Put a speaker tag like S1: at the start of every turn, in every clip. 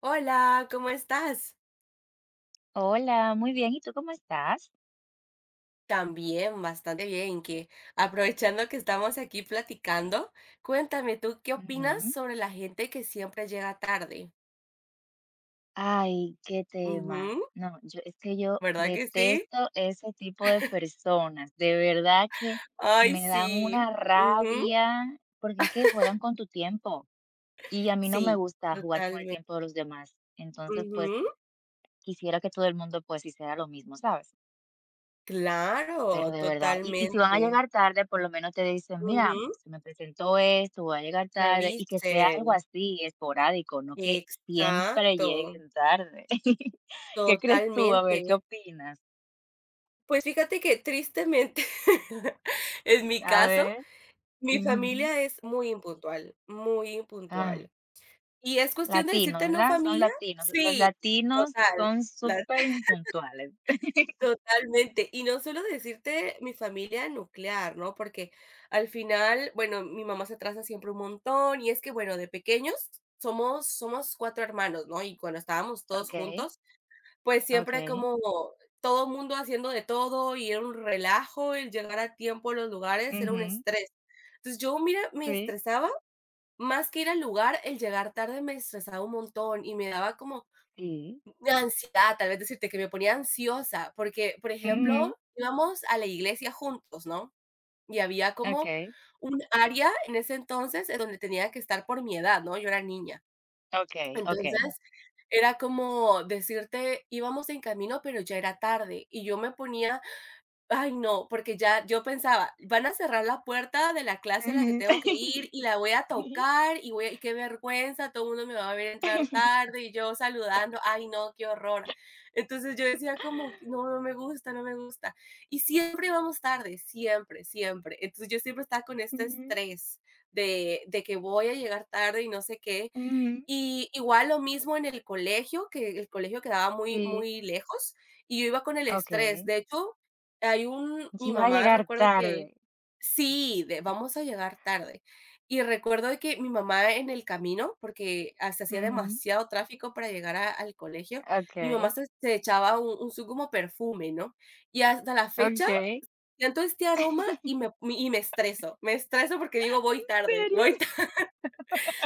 S1: Hola, ¿cómo estás?
S2: Hola, muy bien. ¿Y tú cómo estás?
S1: También, bastante bien, que aprovechando que estamos aquí platicando, cuéntame, ¿tú qué opinas
S2: Ujú.
S1: sobre la gente que siempre llega tarde?
S2: Ay, qué tema.
S1: Ujú,
S2: No, yo es que yo
S1: ¿verdad que sí?
S2: detesto ese tipo de personas. De verdad que
S1: Ay,
S2: me dan
S1: sí.
S2: una
S1: Ujú,
S2: rabia porque es que juegan con tu tiempo y a mí no me
S1: sí,
S2: gusta jugar con el
S1: totalmente.
S2: tiempo de los demás. Entonces, pues
S1: Ujú,
S2: quisiera que todo el mundo pues hiciera lo mismo, ¿sabes? Pero
S1: claro,
S2: de verdad, y si van a
S1: totalmente.
S2: llegar tarde, por lo menos te dicen: "Mira,
S1: Ujú,
S2: se me presentó esto, voy a llegar
S1: que
S2: tarde", y que sea algo
S1: avisen.
S2: así esporádico, no que siempre
S1: Exacto,
S2: lleguen tarde. ¿Qué crees tú? A ver, ¿qué
S1: totalmente.
S2: opinas?
S1: Pues fíjate que tristemente, es mi
S2: A
S1: caso.
S2: ver.
S1: Mi
S2: Ujú.
S1: familia es muy impuntual, muy
S2: Ay,
S1: impuntual. Y es cuestión de
S2: latinos,
S1: decirte no,
S2: ¿verdad? Son
S1: familia
S2: latinos. Los
S1: sí,
S2: latinos
S1: total,
S2: son
S1: las
S2: superimpuntuales. Okey.
S1: totalmente. Y no solo decirte mi familia nuclear, ¿no? Porque al final, bueno, mi mamá se atrasa siempre un montón y es que, bueno, de pequeños somos 4 hermanos, ¿no? Y cuando estábamos todos
S2: Okay,
S1: juntos, pues siempre
S2: okay.
S1: como todo mundo haciendo de todo y era un relajo el llegar a tiempo a los lugares, era un
S2: Ujú.
S1: estrés. Entonces yo, mira, me
S2: Sí,
S1: estresaba más que ir al lugar, el llegar tarde me estresaba un montón y me daba como
S2: sí.
S1: ansiedad, tal vez decirte que me ponía ansiosa, porque, por
S2: Ujú.
S1: ejemplo, íbamos a la iglesia juntos, ¿no? Y había como
S2: Okay,
S1: un área en ese entonces en donde tenía que estar por mi edad, ¿no? Yo era niña.
S2: okay,
S1: Entonces,
S2: okey.
S1: era como decirte, íbamos en camino, pero ya era tarde y yo me ponía ay, no, porque ya yo pensaba, van a cerrar la puerta de la clase a la que
S2: Ujú.
S1: tengo que ir y la voy a tocar y voy a y qué vergüenza, todo el mundo me va a ver entrar tarde y yo saludando, ay, no, qué horror. Entonces yo decía como que "No, no me gusta, no me gusta". Y siempre vamos tarde, siempre, siempre. Entonces yo siempre estaba con este
S2: Ujú,
S1: estrés de que voy a llegar tarde y no sé qué.
S2: ujú,
S1: Y igual lo mismo en el colegio, que el colegio quedaba muy
S2: sí,
S1: muy lejos, y yo iba con el estrés.
S2: okey.
S1: De hecho, hay un mi
S2: Iba a
S1: mamá
S2: llegar
S1: recuerdo que
S2: tarde.
S1: sí, de vamos a llegar tarde. Y recuerdo de que mi mamá en el camino, porque, ah, se hacía
S2: Ujú,
S1: demasiado tráfico para llegar a al colegio, mi mamá
S2: okey,
S1: se echaba un su como perfume, ¿no? Y hasta la fecha,
S2: okey.
S1: siento este aroma y me estreso, me estreso porque digo: "Voy
S2: ¿En
S1: tarde,
S2: serio?
S1: voy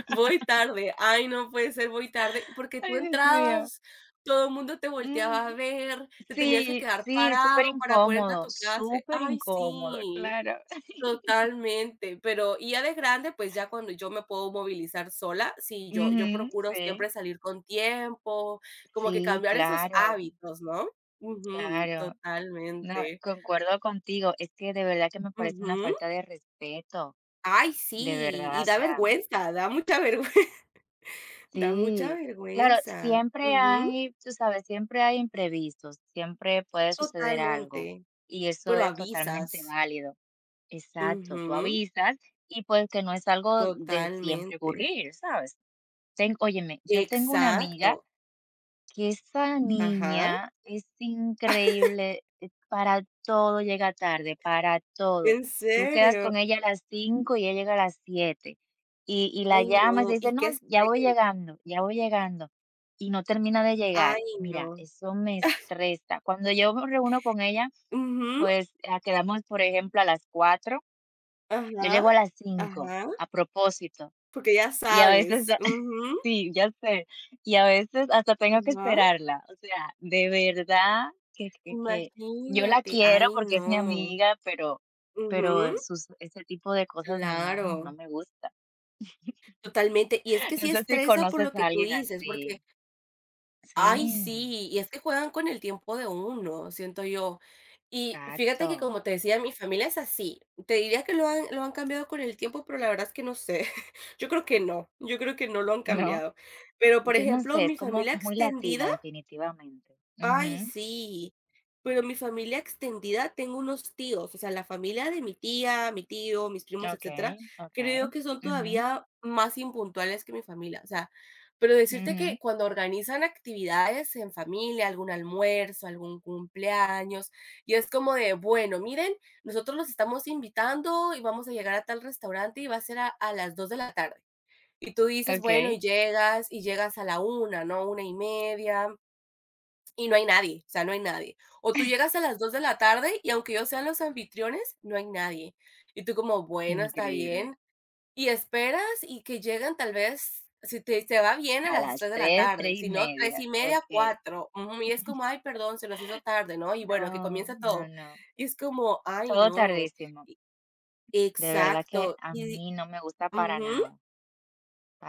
S1: voy tarde. Ay, no puede ser, voy tarde, porque tú
S2: Ay, Dios mío.
S1: entrabas, todo el mundo te volteaba a
S2: Ujú.
S1: ver, te tenías que
S2: Sí,
S1: quedar
S2: sí, súper
S1: parado para poder entrar a
S2: incómodo,
S1: tu clase". Ay,
S2: superincómodo, incómodo,
S1: sí,
S2: claro.
S1: totalmente. Pero y ya de grande, pues ya cuando yo me puedo movilizar sola, sí, yo
S2: Ujú,
S1: procuro
S2: sí,
S1: siempre salir con tiempo, como que
S2: sí,
S1: cambiar esos
S2: claro,
S1: hábitos, ¿no? Ujú,
S2: claro. No,
S1: totalmente.
S2: concuerdo contigo, es que de verdad que me parece una
S1: Ujú.
S2: falta de respeto,
S1: Ay,
S2: de
S1: sí,
S2: verdad, o
S1: y da
S2: sea.
S1: vergüenza, da mucha vergüenza, da mucha
S2: Sí, claro,
S1: vergüenza.
S2: siempre
S1: Ujú.
S2: hay, tú sabes, siempre hay imprevistos, siempre puede suceder algo
S1: Totalmente,
S2: y eso
S1: pero
S2: es totalmente
S1: avisas.
S2: válido. Exacto, tú
S1: Ujú,
S2: avisas y pues que no es algo de siempre
S1: totalmente.
S2: ocurrir, ¿sabes? Ten, óyeme, yo tengo una amiga
S1: Exacto,
S2: que esa
S1: ajá.
S2: niña es increíble, para todo llega tarde, para todo.
S1: ¿En
S2: Tú quedas
S1: serio?
S2: con ella a las 5 y ella llega a las 7 y la
S1: Ay,
S2: llamas y
S1: no,
S2: dice:
S1: y
S2: "No,
S1: qué estrés.
S2: ya voy llegando", y no termina de llegar.
S1: Ay,
S2: Mira,
S1: no.
S2: eso me estresa. Cuando yo me reúno con ella,
S1: Ujú,
S2: pues, ah, quedamos, por ejemplo, a las 4, yo
S1: ajá,
S2: llego a las 5
S1: ajá,
S2: a propósito.
S1: porque ya
S2: Y a veces
S1: sabes. Ujú,
S2: sí, ya sé. Y a veces hasta tengo que
S1: ajá.
S2: esperarla. O sea, de verdad que yo la
S1: Imagínate,
S2: quiero
S1: ay,
S2: porque es mi
S1: no.
S2: amiga, pero
S1: Ujú,
S2: sus ese tipo de cosas, no, no
S1: claro,
S2: me gusta.
S1: totalmente. Y es que
S2: No
S1: sí
S2: sé si
S1: estresa por lo
S2: conoces
S1: que
S2: a
S1: tú
S2: alguien
S1: dices,
S2: así.
S1: porque ay,
S2: Sí,
S1: sí, y es que juegan con el tiempo de uno, siento yo. Y fíjate que,
S2: exacto,
S1: como te decía, mi familia es así. Te diría que lo han cambiado con el tiempo, pero la verdad es que no sé. Yo creo que no, yo creo que no lo han
S2: ¿no?
S1: cambiado. Pero, por
S2: Yo no
S1: ejemplo,
S2: sé, es
S1: mi
S2: como
S1: familia
S2: muy latino
S1: extendida
S2: definitivamente.
S1: ay,
S2: Ujú.
S1: sí, pero mi familia extendida, tengo unos tíos, o sea, la familia de mi tía, mi tío, mis primos, etcétera,
S2: Okey, okey.
S1: creo que son
S2: Ujú,
S1: todavía más impuntuales que mi familia, o sea, pero decirte
S2: ujú.
S1: que cuando organizan actividades en familia, algún almuerzo, algún cumpleaños, y es como de, bueno, miren, nosotros los estamos invitando y vamos a llegar a tal restaurante y va a ser a las 2 de la tarde. Y tú dices, bueno,
S2: Okey,
S1: y llegas a la 1, ¿no? Una y media, y no hay nadie, o sea, no hay nadie. O tú llegas a las 2 de la tarde y aunque ellos sean los anfitriones, no hay nadie. Y tú como, bueno, está
S2: increíble.
S1: bien. Y esperas y que llegan tal vez, si te te va bien a
S2: A
S1: las
S2: las
S1: 3 de la
S2: tres
S1: tarde,
S2: tres y
S1: si no,
S2: media,
S1: 3 y media,
S2: okey.
S1: 4 ujú, y es como, ay, perdón, se nos hizo tarde, ¿no? Y bueno, que
S2: No,
S1: comienza
S2: no,
S1: todo.
S2: no,
S1: Y es como, ay,
S2: todo
S1: no.
S2: tardísimo.
S1: Y
S2: De verdad que
S1: exacto.
S2: a
S1: Y
S2: mí no me gusta para
S1: ujú.
S2: nada,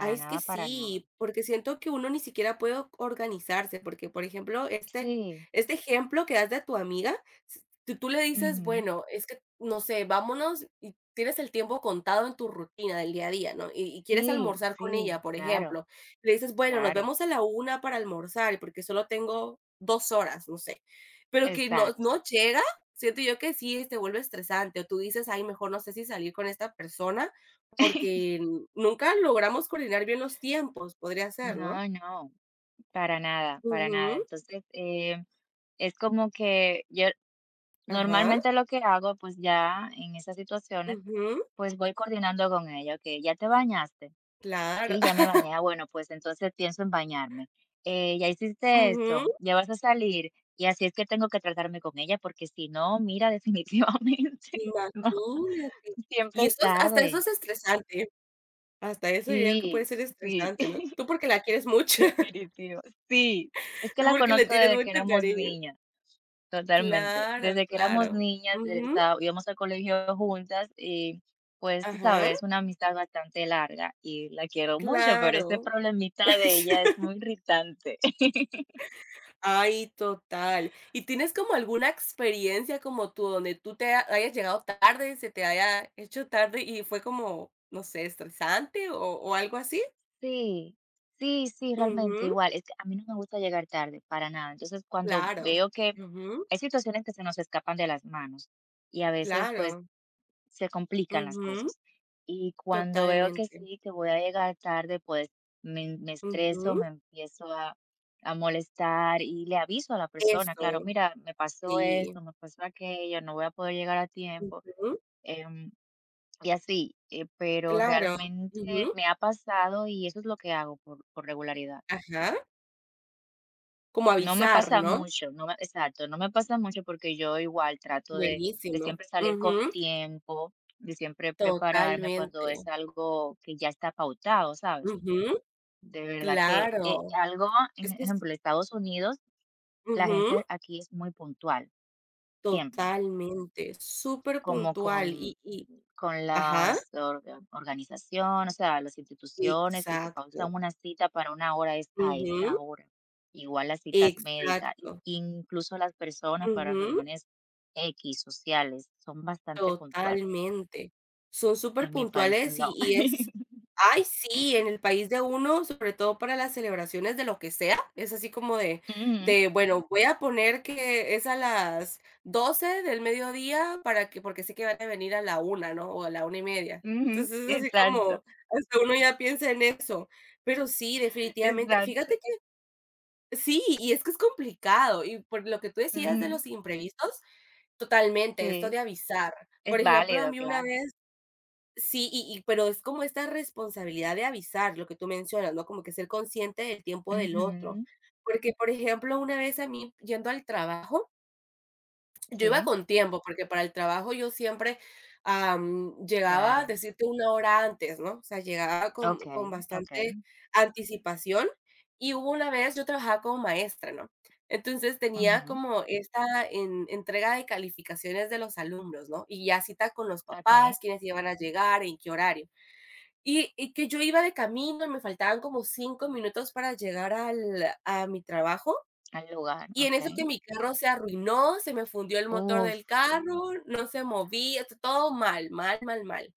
S1: Ay, es que
S2: nada, para nada.
S1: sí, porque siento que uno ni siquiera puede organizarse, porque, por ejemplo, este
S2: Sí,
S1: este ejemplo que das de tu amiga, s tú tú le dices:
S2: ujú,
S1: "Bueno, es que, no sé, vámonos", y tienes el tiempo contado en tu rutina del día a día, ¿no? Y quieres
S2: sí,
S1: almorzar con
S2: sí,
S1: ella, por
S2: claro,
S1: ejemplo, le dices: "Bueno, nos
S2: claro,
S1: vemos a la 1 para almorzar, porque solo tengo 2 horas", no sé, pero que no
S2: exacto.
S1: no llega, siento yo que sí te vuelve estresante, o tú dices: "Ay, mejor no sé si salir con esta persona", porque nunca logramos coordinar bien los tiempos, podría ser, ¿no?
S2: No, no, para nada, para nada.
S1: Ujú,
S2: Entonces, es como que yo
S1: ajá,
S2: normalmente lo que hago, pues, ya en esas situaciones,
S1: ujú,
S2: pues, voy coordinando con ella, okey, ¿ya te bañaste?
S1: claro.
S2: Sí, ya me bañé. Ah, bueno, pues entonces pienso en bañarme. Ya hiciste esto,
S1: Ujú,
S2: ya vas a salir y así es que tengo que tratarme con ella porque si no, mira, definitivamente, no,
S1: imagínate.
S2: siempre
S1: Y
S2: es
S1: eso es hasta eso
S2: tarde.
S1: es estresante. Hasta eso diría que puede
S2: Sí,
S1: ser
S2: sí.
S1: estresante, ¿no? Tú porque la quieres mucho,
S2: Definitivo. Sí, es que
S1: tú
S2: la
S1: porque le
S2: conozco
S1: tienes
S2: desde
S1: mucho
S2: que éramos
S1: cariño.
S2: niñas, totalmente.
S1: Claro,
S2: Desde que éramos
S1: claro.
S2: niñas,
S1: Ujú,
S2: íbamos al colegio juntas y, pues, tú
S1: ajá,
S2: sabes, una amistad bastante larga y la quiero mucho, pero este
S1: claro.
S2: problemita de ella es muy irritante.
S1: Ay, total. ¿Y tienes como alguna experiencia como tú, donde tú te ha hayas llegado tarde, se te haya hecho tarde y fue como, no sé, estresante o algo así?
S2: Sí, sí, sí, realmente
S1: Ujú,
S2: igual. Es que a mí no me gusta llegar tarde, para nada. Entonces, cuando
S1: claro.
S2: veo que
S1: Ujú,
S2: hay situaciones que se nos escapan de las manos y a veces pues
S1: claro.
S2: se complican las
S1: Ujú,
S2: cosas. Y cuando veo que
S1: totalmente.
S2: sí, que voy a llegar tarde, pues me estreso, me
S1: Ujú,
S2: empiezo a molestar y le aviso a la persona, claro,
S1: eso,
S2: mira, me pasó esto,
S1: sí.
S2: me pasó aquello, no voy a poder llegar a tiempo.
S1: Ujú,
S2: em, y así, pero
S1: claro.
S2: realmente
S1: Ujú,
S2: me ha pasado y eso es lo que hago por regularidad.
S1: ajá. Como
S2: No me
S1: avisar,
S2: pasa
S1: ¿no?
S2: mucho, exacto, no me pasa mucho porque yo igual trato de
S1: Buenísimo.
S2: siempre salir con
S1: Ujú,
S2: tiempo, de siempre prepararme cuando
S1: totalmente.
S2: es algo que ya está pautado, ¿sabes?
S1: Ujú,
S2: De verdad que
S1: claro.
S2: algo, en
S1: Es que es
S2: ejemplo, Estados Unidos, la
S1: ujú.
S2: gente aquí es muy puntual, siempre.
S1: Totalmente, súper
S2: Como
S1: puntual
S2: con
S1: y
S2: con
S1: ajá,
S2: las organización, o sea, las instituciones, si te
S1: exacto,
S2: pausan una cita para una hora, es a esa
S1: ujú,
S2: hora. Igual las citas médicas, i
S1: exacto,
S2: incluso las personas para
S1: ujú.
S2: reuniones equis, sociales, son bastante puntuales.
S1: Totalmente. Son súper
S2: En mi país,
S1: puntuales
S2: no.
S1: y es ay, sí, en el país de uno, sobre todo para las celebraciones de lo que sea, es así como
S2: Ujú,
S1: de, bueno, voy a poner que es a las 12 del mediodía para que porque sé que van a venir a la 1, ¿no? O a la una y media.
S2: ujú,
S1: Entonces, es así
S2: exacto,
S1: como hasta uno ya piensa en eso. Pero sí, definitivamente.
S2: exacto.
S1: Fíjate que sí, y es que es complicado, y por lo que tú decías de
S2: Ujú,
S1: los imprevistos, totalmente, esto
S2: sí,
S1: de avisar.
S2: es
S1: Por ejemplo, a
S2: válido,
S1: mí una
S2: claro.
S1: vez sí, y pero es como esta responsabilidad de avisar, lo que tú mencionas, ¿no? Como que ser consciente del tiempo del otro.
S2: Ujú,
S1: Porque, por ejemplo, una vez a mí, yendo al trabajo, yo iba
S2: sí,
S1: con tiempo, porque para el trabajo yo siempre, llegaba,
S2: claro.
S1: decirte, 1 hora antes, ¿no? O sea, llegaba con
S2: Okey, okey.
S1: bastante anticipación, y hubo una vez yo trabajaba como maestra, ¿no? Entonces, tenía
S2: Ujú,
S1: como esta en entrega de calificaciones de los alumnos, ¿no? Y ya cita con los
S2: okey.
S1: papás, quiénes iban a llegar, en qué horario. Y que yo iba de camino, y me faltaban como 5 minutos para llegar al a mi trabajo,
S2: Al lugar,
S1: y en eso que
S2: okey.
S1: mi carro se arruinó, se me fundió el motor
S2: Uf,
S1: del carro, no se movía, t todo mal, mal, mal, mal.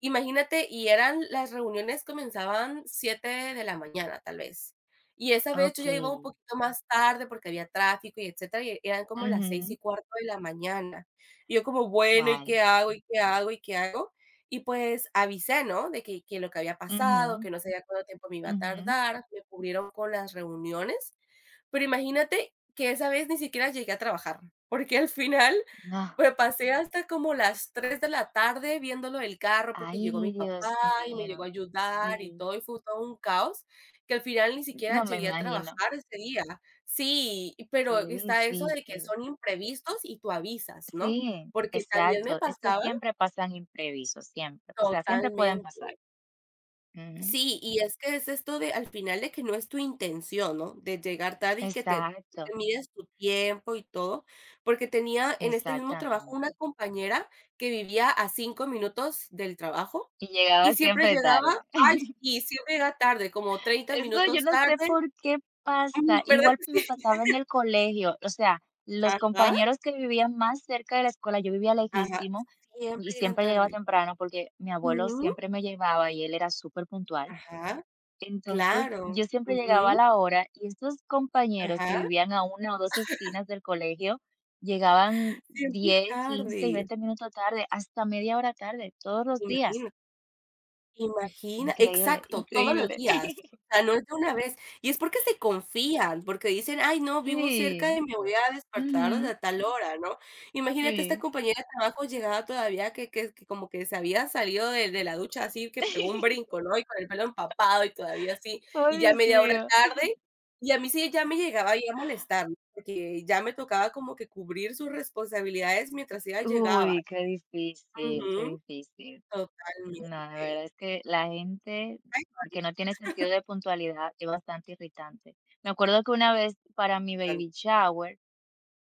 S1: Imagínate, y eran las reuniones comenzaban 7 de la mañana, tal vez. Y esa vez yo ya iba
S2: okey.
S1: un poquito más tarde porque había tráfico y etcétera, y eran como las seis
S2: Ujú.
S1: y cuarto de la mañana. Y yo como: "Bueno, ¿y
S2: Guay.
S1: qué hago? ¿Y qué hago? ¿Y qué hago?". Y pues avisé, ¿no? De que lo que había
S2: Ujú,
S1: pasado, que no sabía cuánto tiempo me iba a
S2: ujú.
S1: tardar, me cubrieron con las reuniones. Pero imagínate que esa vez ni siquiera llegué a trabajar, porque al final
S2: No.
S1: me pasé hasta como las 3 de la tarde viéndolo lo del carro, porque llegó
S2: Ay,
S1: mi papá
S2: Dios
S1: y me
S2: mío.
S1: llegó a ayudar y
S2: Sí,
S1: todo, y fue todo un caos, que al final ni
S2: no
S1: siquiera
S2: me
S1: llegué a
S2: imagino.
S1: trabajar ese día. Sí, y pero
S2: Qué
S1: está eso de que
S2: difícil.
S1: son imprevistos y tú avisas, ¿no?
S2: Sí,
S1: Porque también me
S2: exacto. Es que
S1: pasaba
S2: siempre pasan imprevistos, siempre. O sea, siempre pueden
S1: totalmente.
S2: pasar. Ujú.
S1: Sí, y es que es esto de al final de que no es tu intención, ¿no? De llegar tarde y que te,
S2: Exacto,
S1: te mides tu tiempo y todo, porque tenía en este mismo trabajo
S2: exactamente.
S1: una compañera que vivía a 5 minutos del trabajo
S2: Y llegaba
S1: y siempre
S2: siempre
S1: llegaba,
S2: tarde.
S1: ay, sí, siempre llega tarde, como treinta
S2: Eso yo
S1: minutos
S2: no sé
S1: tarde,
S2: por qué pasa.
S1: mm, ¿verdad
S2: Igual
S1: que
S2: me
S1: sí?
S2: pasaba en el colegio, o sea, los
S1: Ajá,
S2: compañeros que vivían más cerca de la escuela, yo vivía
S1: ajá,
S2: lejísimo y
S1: siempre llegan
S2: siempre llegaba
S1: tarde.
S2: temprano porque mi abuelo
S1: Ujú,
S2: siempre me llevaba y él era súper puntual.
S1: ajá,
S2: Entonces,
S1: claro,
S2: yo siempre llegaba a
S1: ujú,
S2: la hora y estos compañeros que
S1: ajá,
S2: vivían a una o dos esquinas del colegio llegaban
S1: siempre
S2: diez quince y
S1: tarde,
S2: veinte minutos tarde, hasta media hora tarde, todos los días.
S1: imagínate. Imagina
S2: Increíble,
S1: exacto, todos los
S2: increíble.
S1: días, o sea, no es de una vez, y es porque se confían, porque dicen: "Ay, no, vivo cerca
S2: Sí,
S1: y me voy a despertar
S2: ujú,
S1: a tal hora", ¿no? Imagínate esta
S2: sí.
S1: compañera de trabajo llegaba todavía que como que se había salido de la ducha así, que pegó un brinco, ¿no? Y con el pelo empapado y todavía así,
S2: Ay,
S1: y ya
S2: Dios
S1: media hora
S2: mío.
S1: tarde, y a mí sí ya me llegaba ahí a molestar, ¿no? Porque ya me tocaba como que cubrir sus responsabilidades mientras ella llegaba.
S2: Uy, qué difícil, qué
S1: Ujú,
S2: difícil. No, la
S1: totalmente.
S2: verdad es que la gente
S1: Ay,
S2: que no tiene sentido de puntualidad es bastante irritante. Me acuerdo que una vez para mi
S1: bastante.
S2: baby shower,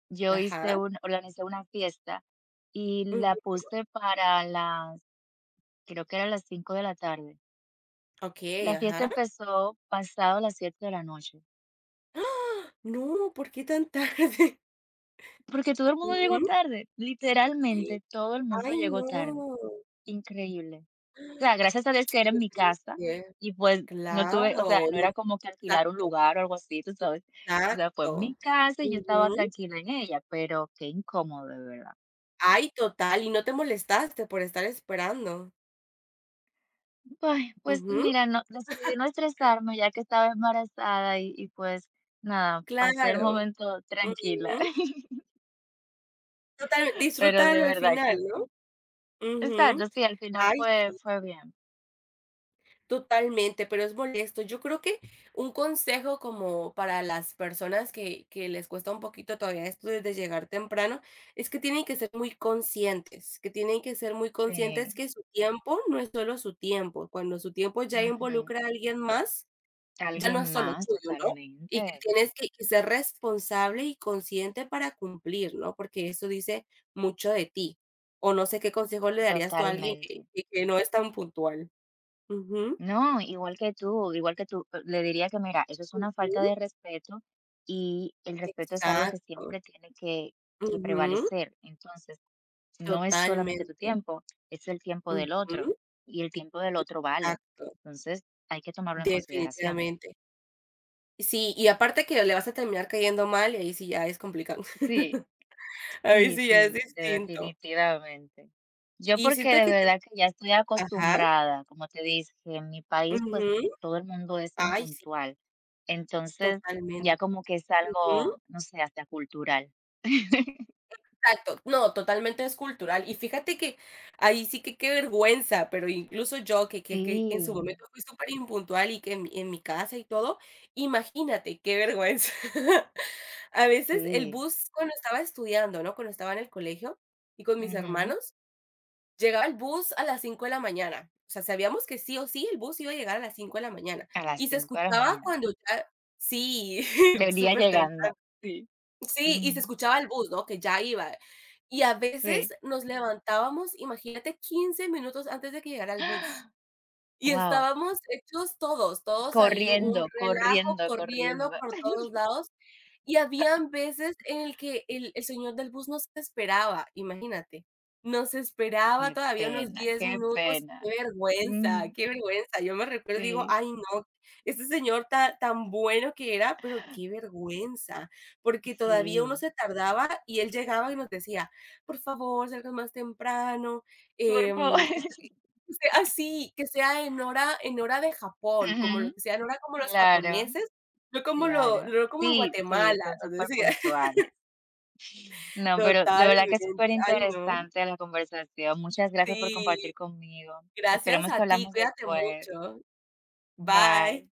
S2: yo hice
S1: Ajá.
S2: un, organicé una fiesta y la
S1: Ujú.
S2: puse para las, creo que eran las 5 de la tarde.
S1: Okey,
S2: La fiesta
S1: ajá.
S2: empezó pasado las 7 de la noche,
S1: ¡Ah! No, ¿por qué tan tarde?
S2: porque todo el mundo llegó
S1: Ujú.
S2: tarde, literalmente todo el mundo
S1: Ay,
S2: llegó tarde.
S1: no.
S2: Increíble. O
S1: ¡Ah!
S2: sea, gracias a Dios que era en
S1: Qué
S2: mi casa
S1: triste.
S2: y, pues, no
S1: Claro,
S2: tuve, o sea, no era
S1: no.
S2: como que alquilar un
S1: Exacto,
S2: lugar o algo así, ¿tú sabes? O sea, fue en mi
S1: exacto.
S2: casa y yo estaba
S1: Ujú.
S2: tranquila en ella, pero qué incómodo, de verdad.
S1: Ay, total, y no te molestaste por estar esperando.
S2: Ay, pues
S1: Ujú.
S2: mira, no, decidí no estresarme ya que estaba embarazada y, pues, nada, pasé el
S1: Claro.
S2: momento tranquila.
S1: Ujú. Total,
S2: Pero de
S1: disfrútalo al
S2: verdad
S1: final,
S2: que
S1: ¿no?
S2: sí. Exacto,
S1: Ujú.
S2: sí, al final
S1: Ay,
S2: fue
S1: sí.
S2: fue bien.
S1: Totalmente, pero es molesto. Yo creo que un consejo como para las personas que les cuesta un poquito todavía esto desde llegar temprano, es que tienen que ser muy conscientes, que tienen que ser muy conscientes
S2: Sí,
S1: que su tiempo no es solo su tiempo. Cuando su tiempo ya
S2: ujú.
S1: involucra a alguien más, ya no es
S2: Alguien
S1: solo
S2: más,
S1: tuyo, ¿no? Y que
S2: totalmente,
S1: tienes que ser responsable y consciente para cumplir, ¿no? Porque eso dice mucho de ti. O no sé qué consejo le darías tú a alguien
S2: totalmente.
S1: que, que no es tan puntual. Ujú,
S2: No, igual que tú, le diría que mira, eso es una falta
S1: ujú.
S2: de respeto y el respeto es algo que
S1: Exacto.
S2: siempre tiene que
S1: Ujú.
S2: prevalecer. Entonces, no es solamente tu
S1: Totalmente.
S2: tiempo, es el tiempo del otro
S1: Ujú.
S2: y el tiempo del otro vale.
S1: Exacto.
S2: Entonces, hay que tomarlo en consideración.
S1: Definitivamente. Sí, y aparte que le vas a terminar cayendo mal, y ahí sí ya es complicado.
S2: Sí,
S1: Ahí
S2: sí,
S1: sí ya es
S2: sí,
S1: distinto.
S2: definitivamente. Yo
S1: Y
S2: porque
S1: siento
S2: de
S1: que te
S2: verdad que ya estoy
S1: ajá.
S2: acostumbrada, como te dije, en mi país pues
S1: Ujú.
S2: todo el mundo es
S1: Ay, sí,
S2: impuntual. Entonces, ya
S1: totalmente.
S2: como que es
S1: Ujú.
S2: algo, no sé, hasta cultural.
S1: Exacto, no, totalmente es cultural. Y fíjate que ahí sí que qué vergüenza, pero incluso yo que en su
S2: Sí,
S1: momento fui superimpuntual y que en mi casa y todo, imagínate qué vergüenza. A veces el
S2: sí.
S1: bus cuando estaba estudiando, ¿no? Cuando estaba en el colegio y con mis
S2: Ujú.
S1: hermanos, llegaba el bus a las 5 de la mañana. O sea, sabíamos que sí o sí el bus iba a llegar a las 5 de la mañana
S2: A las
S1: y se
S2: 5 de la
S1: escuchaba
S2: mañana.
S1: cuando ya sí,
S2: Venía
S1: supertemprano.
S2: llegando. Sí.
S1: Sí, y se
S2: Ujú.
S1: escuchaba el bus, ¿no? Que ya iba. Y a
S2: Sí.
S1: veces nos levantábamos, imagínate, 15 minutos antes de que llegara el bus. Y
S2: Wow.
S1: estábamos hechos todos, todos ahí,
S2: Corriendo,
S1: un relajo
S2: corriendo,
S1: corriendo
S2: corriendo.
S1: por todos lados. Y habían veces en el que el señor del bus nos esperaba, imagínate, nos esperaba
S2: Qué
S1: todavía unos
S2: pena,
S1: 10
S2: qué
S1: minutos.
S2: pena.
S1: Qué vergüenza,
S2: Ujú.
S1: qué vergüenza. Yo me recuerdo y digo:
S2: Sí.
S1: "Ay, no, este señor ta tan bueno que era, pero qué vergüenza", porque todavía uno
S2: Sí,
S1: se tardaba y él llegaba y nos decía: "Por favor, salgan más temprano,
S2: por favor.
S1: em, que sea así, que sea en hora de Japón, como lo
S2: Ujú.
S1: que sea en hora como los
S2: Claro,
S1: japoneses".
S2: claro.
S1: No como en
S2: Sí, sí,
S1: Guatemala,
S2: son
S1: nos
S2: súper
S1: decía.
S2: puntuales. No, pero de verdad que es
S1: Totalmente.
S2: súper
S1: Ay, no.
S2: interesante la conversación. Muchas gracias por
S1: Sí,
S2: compartir conmigo.
S1: gracias
S2: Esperemos que
S1: a ti,
S2: hablamos
S1: cuídate
S2: después.
S1: mucho.
S2: Bye.
S1: Bye.